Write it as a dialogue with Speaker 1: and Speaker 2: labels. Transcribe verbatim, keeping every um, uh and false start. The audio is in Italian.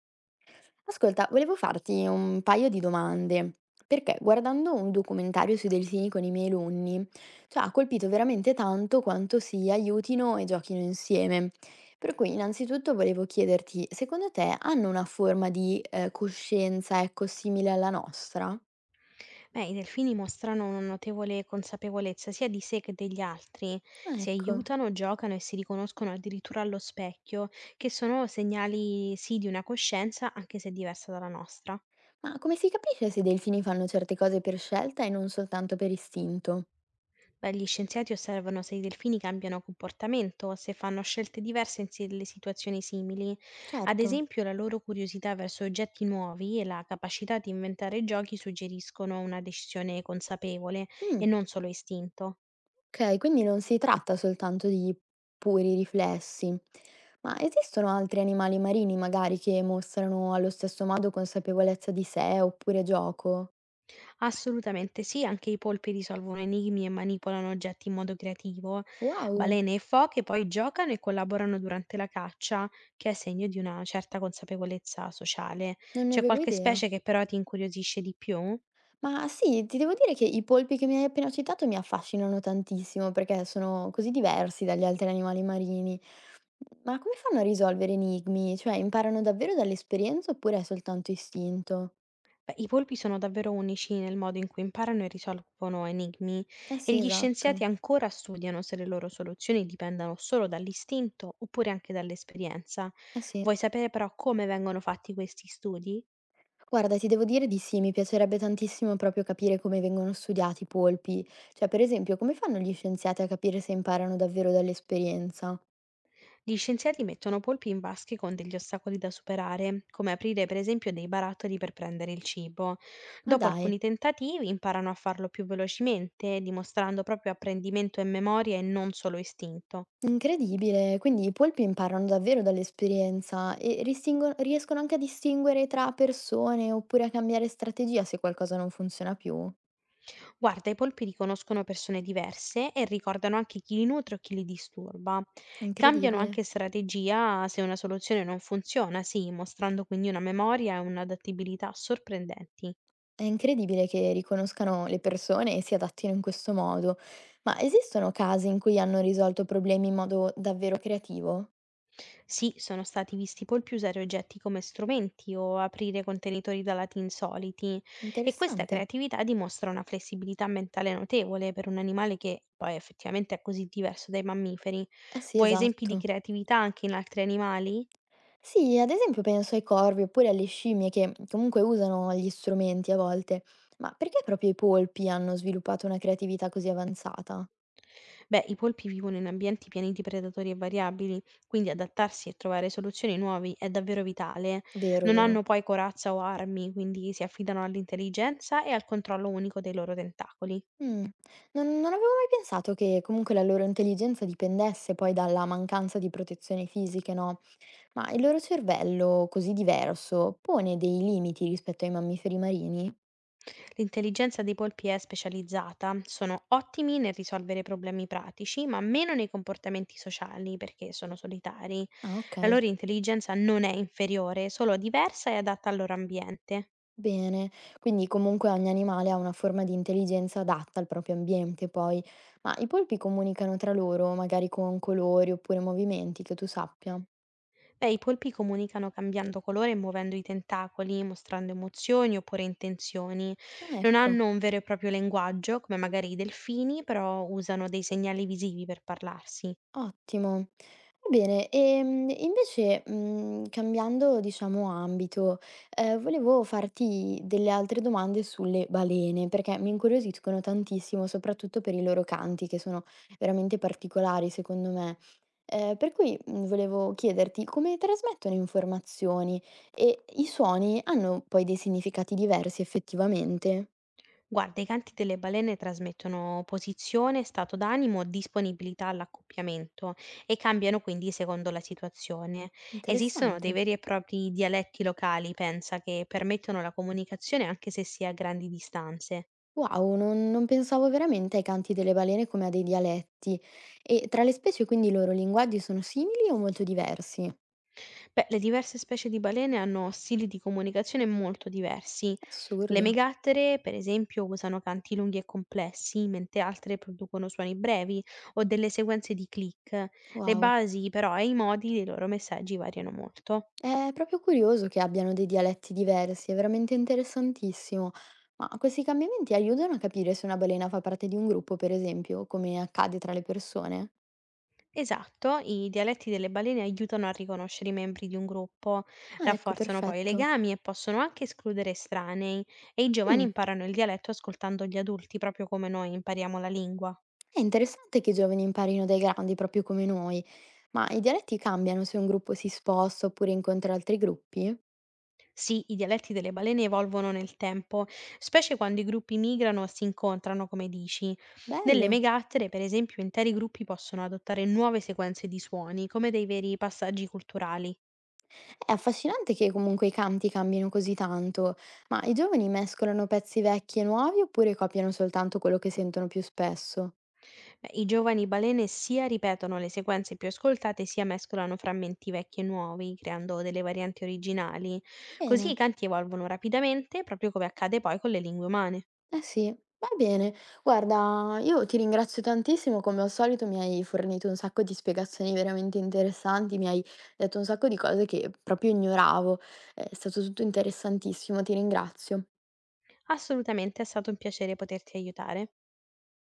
Speaker 1: Ascolta, volevo farti un paio di domande, perché guardando un documentario sui delfini con i miei alunni, cioè ha colpito veramente tanto quanto si aiutino e giochino insieme. Per cui innanzitutto volevo chiederti, secondo te hanno una forma di eh, coscienza, ecco, simile alla nostra?
Speaker 2: Beh, i delfini mostrano una notevole consapevolezza sia di sé che degli altri,
Speaker 1: Ah,
Speaker 2: si
Speaker 1: ecco.
Speaker 2: aiutano, giocano e si riconoscono addirittura allo specchio, che sono segnali sì di una coscienza, anche se diversa dalla nostra.
Speaker 1: Ma come si capisce se i delfini fanno certe cose per scelta e non soltanto per istinto?
Speaker 2: Beh, gli scienziati osservano se i delfini cambiano comportamento, se fanno scelte diverse in si- delle situazioni simili. Ad
Speaker 1: Certo.
Speaker 2: esempio, la loro curiosità verso oggetti nuovi e la capacità di inventare giochi suggeriscono una decisione consapevole
Speaker 1: Mm.
Speaker 2: e non solo istinto.
Speaker 1: Okay, quindi non si tratta soltanto di puri riflessi. Ma esistono altri animali marini magari che mostrano allo stesso modo consapevolezza di sé oppure gioco?
Speaker 2: Assolutamente sì, anche i polpi risolvono enigmi e manipolano oggetti in modo creativo.
Speaker 1: Wow,
Speaker 2: Balene e foche poi giocano e collaborano durante la caccia, che è segno di una certa consapevolezza sociale.
Speaker 1: non ne
Speaker 2: C'è
Speaker 1: avevo
Speaker 2: qualche
Speaker 1: idea.
Speaker 2: specie che però ti incuriosisce di più?
Speaker 1: Ma sì, ti devo dire che i polpi che mi hai appena citato mi affascinano tantissimo perché sono così diversi dagli altri animali marini. Ma come fanno a risolvere enigmi? Cioè imparano davvero dall'esperienza oppure è soltanto istinto?
Speaker 2: Beh, i polpi sono davvero unici nel modo in cui imparano e risolvono enigmi
Speaker 1: Eh
Speaker 2: e
Speaker 1: sì,
Speaker 2: gli scienziati
Speaker 1: esatto.
Speaker 2: ancora studiano se le loro soluzioni dipendano solo dall'istinto oppure anche dall'esperienza.
Speaker 1: Eh sì.
Speaker 2: Vuoi sapere però come vengono fatti questi studi?
Speaker 1: Guarda, ti devo dire di sì, mi piacerebbe tantissimo proprio capire come vengono studiati i polpi. Cioè, per esempio, come fanno gli scienziati a capire se imparano davvero dall'esperienza?
Speaker 2: Gli scienziati mettono polpi in vasche con degli ostacoli da superare, come aprire per esempio dei barattoli per prendere il cibo.
Speaker 1: Ma
Speaker 2: Dopo
Speaker 1: dai,
Speaker 2: alcuni tentativi imparano a farlo più velocemente, dimostrando proprio apprendimento e memoria e non solo istinto.
Speaker 1: incredibile! Quindi i polpi imparano davvero dall'esperienza e ristingo- riescono anche a distinguere tra persone oppure a cambiare strategia se qualcosa non funziona più.
Speaker 2: Guarda, i polpi riconoscono persone diverse e ricordano anche chi li nutre o chi li disturba. Cambiano
Speaker 1: Incredibile.
Speaker 2: anche strategia se una soluzione non funziona, sì, mostrando quindi una memoria e un'adattabilità sorprendenti.
Speaker 1: È incredibile che riconoscano le persone e si adattino in questo modo. Ma esistono casi in cui hanno risolto problemi in modo davvero creativo?
Speaker 2: Sì, sono stati visti polpi usare oggetti come strumenti o aprire contenitori da lati insoliti e questa
Speaker 1: Interessante.
Speaker 2: creatività dimostra una flessibilità mentale notevole per un animale che poi effettivamente è così diverso dai mammiferi.
Speaker 1: Eh sì,
Speaker 2: Vuoi esempi di
Speaker 1: esatto.
Speaker 2: creatività anche in altri animali?
Speaker 1: Sì, ad esempio penso ai corvi oppure alle scimmie che comunque usano gli strumenti a volte, ma perché proprio i polpi hanno sviluppato una creatività così avanzata?
Speaker 2: Beh, i polpi vivono in ambienti pieni di predatori e variabili, quindi adattarsi e trovare soluzioni nuove è davvero vitale.
Speaker 1: Vero,
Speaker 2: Non
Speaker 1: vero.
Speaker 2: hanno poi corazza o armi, quindi si affidano all'intelligenza e al controllo unico dei loro tentacoli.
Speaker 1: Mm. Non, non avevo mai pensato che comunque la loro intelligenza dipendesse poi dalla mancanza di protezioni fisiche, no? Ma il loro cervello, così diverso, pone dei limiti rispetto ai mammiferi marini?
Speaker 2: L'intelligenza dei polpi è specializzata, sono ottimi nel risolvere problemi pratici, ma meno nei comportamenti sociali perché sono solitari.
Speaker 1: Ah, ok.
Speaker 2: La loro intelligenza non è inferiore, solo diversa e adatta al loro ambiente.
Speaker 1: Bene, quindi comunque ogni animale ha una forma di intelligenza adatta al proprio ambiente, poi. Ma i polpi comunicano tra loro, magari con colori oppure movimenti, che tu sappia.
Speaker 2: Beh, i polpi comunicano cambiando colore e muovendo i tentacoli, mostrando emozioni oppure intenzioni.
Speaker 1: Ah,
Speaker 2: Non
Speaker 1: ecco,
Speaker 2: hanno un vero e proprio linguaggio, come magari i delfini, però usano dei segnali visivi per parlarsi.
Speaker 1: ottimo. Va bene, e invece, mm, cambiando, diciamo, ambito, eh, volevo farti delle altre domande sulle balene, perché mi incuriosiscono tantissimo, soprattutto per i loro canti, che sono veramente particolari, secondo me. Ehm, per cui, mhmm, volevo chiederti come trasmettono informazioni e i suoni hanno poi dei significati diversi effettivamente?
Speaker 2: Guarda, i canti delle balene trasmettono posizione, stato d'animo, disponibilità all'accoppiamento e cambiano quindi secondo la situazione. Esistono dei
Speaker 1: Interessante.
Speaker 2: veri e propri dialetti locali, pensa, che permettono la comunicazione anche se si è a grandi distanze.
Speaker 1: Wow, non non pensavo veramente ai canti delle balene come a dei dialetti. E tra le specie quindi i loro linguaggi sono simili o molto diversi?
Speaker 2: Beh, le diverse specie di balene hanno stili di comunicazione molto diversi. Le
Speaker 1: Assurdo.
Speaker 2: megattere, per esempio, usano canti lunghi e complessi, mentre altre producono suoni brevi o delle sequenze di click. Le
Speaker 1: Wow.
Speaker 2: basi, però, e i modi dei loro messaggi variano molto.
Speaker 1: È proprio curioso che abbiano dei dialetti diversi, è veramente interessantissimo. Ma questi cambiamenti aiutano a capire se una balena fa parte di un gruppo, per esempio, come accade tra le persone?
Speaker 2: Esatto, i dialetti delle balene aiutano a riconoscere i membri di un gruppo,
Speaker 1: Ah, ecco,
Speaker 2: rafforzano poi i
Speaker 1: perfetto.
Speaker 2: legami e possono anche escludere estranei, e i giovani
Speaker 1: Mh,
Speaker 2: imparano il dialetto ascoltando gli adulti, proprio come noi impariamo la lingua.
Speaker 1: è interessante che i giovani imparino dai grandi, proprio come noi. Ma i dialetti cambiano se un gruppo si sposta oppure incontra altri gruppi?
Speaker 2: Sì, i dialetti delle balene evolvono nel tempo, specie quando i gruppi migrano o si incontrano, come dici. Nelle
Speaker 1: Bello.
Speaker 2: megattere, per esempio, interi gruppi possono adottare nuove sequenze di suoni, come dei veri passaggi culturali.
Speaker 1: È affascinante che comunque i canti cambino così tanto, ma i giovani mescolano pezzi vecchi e nuovi oppure copiano soltanto quello che sentono più spesso?
Speaker 2: Eh, I giovani balene sia ripetono le sequenze più ascoltate, sia mescolano frammenti vecchi e nuovi, creando delle varianti originali. Così i
Speaker 1: Bene.
Speaker 2: canti evolvono rapidamente, proprio come accade poi con le lingue umane.
Speaker 1: Eh sì, va bene. Guarda, io ti ringrazio tantissimo, come al solito mi hai fornito un sacco di spiegazioni veramente interessanti, mi hai detto un sacco di cose che proprio ignoravo. È stato tutto interessantissimo, ti ringrazio.
Speaker 2: Assolutamente è stato un piacere poterti aiutare.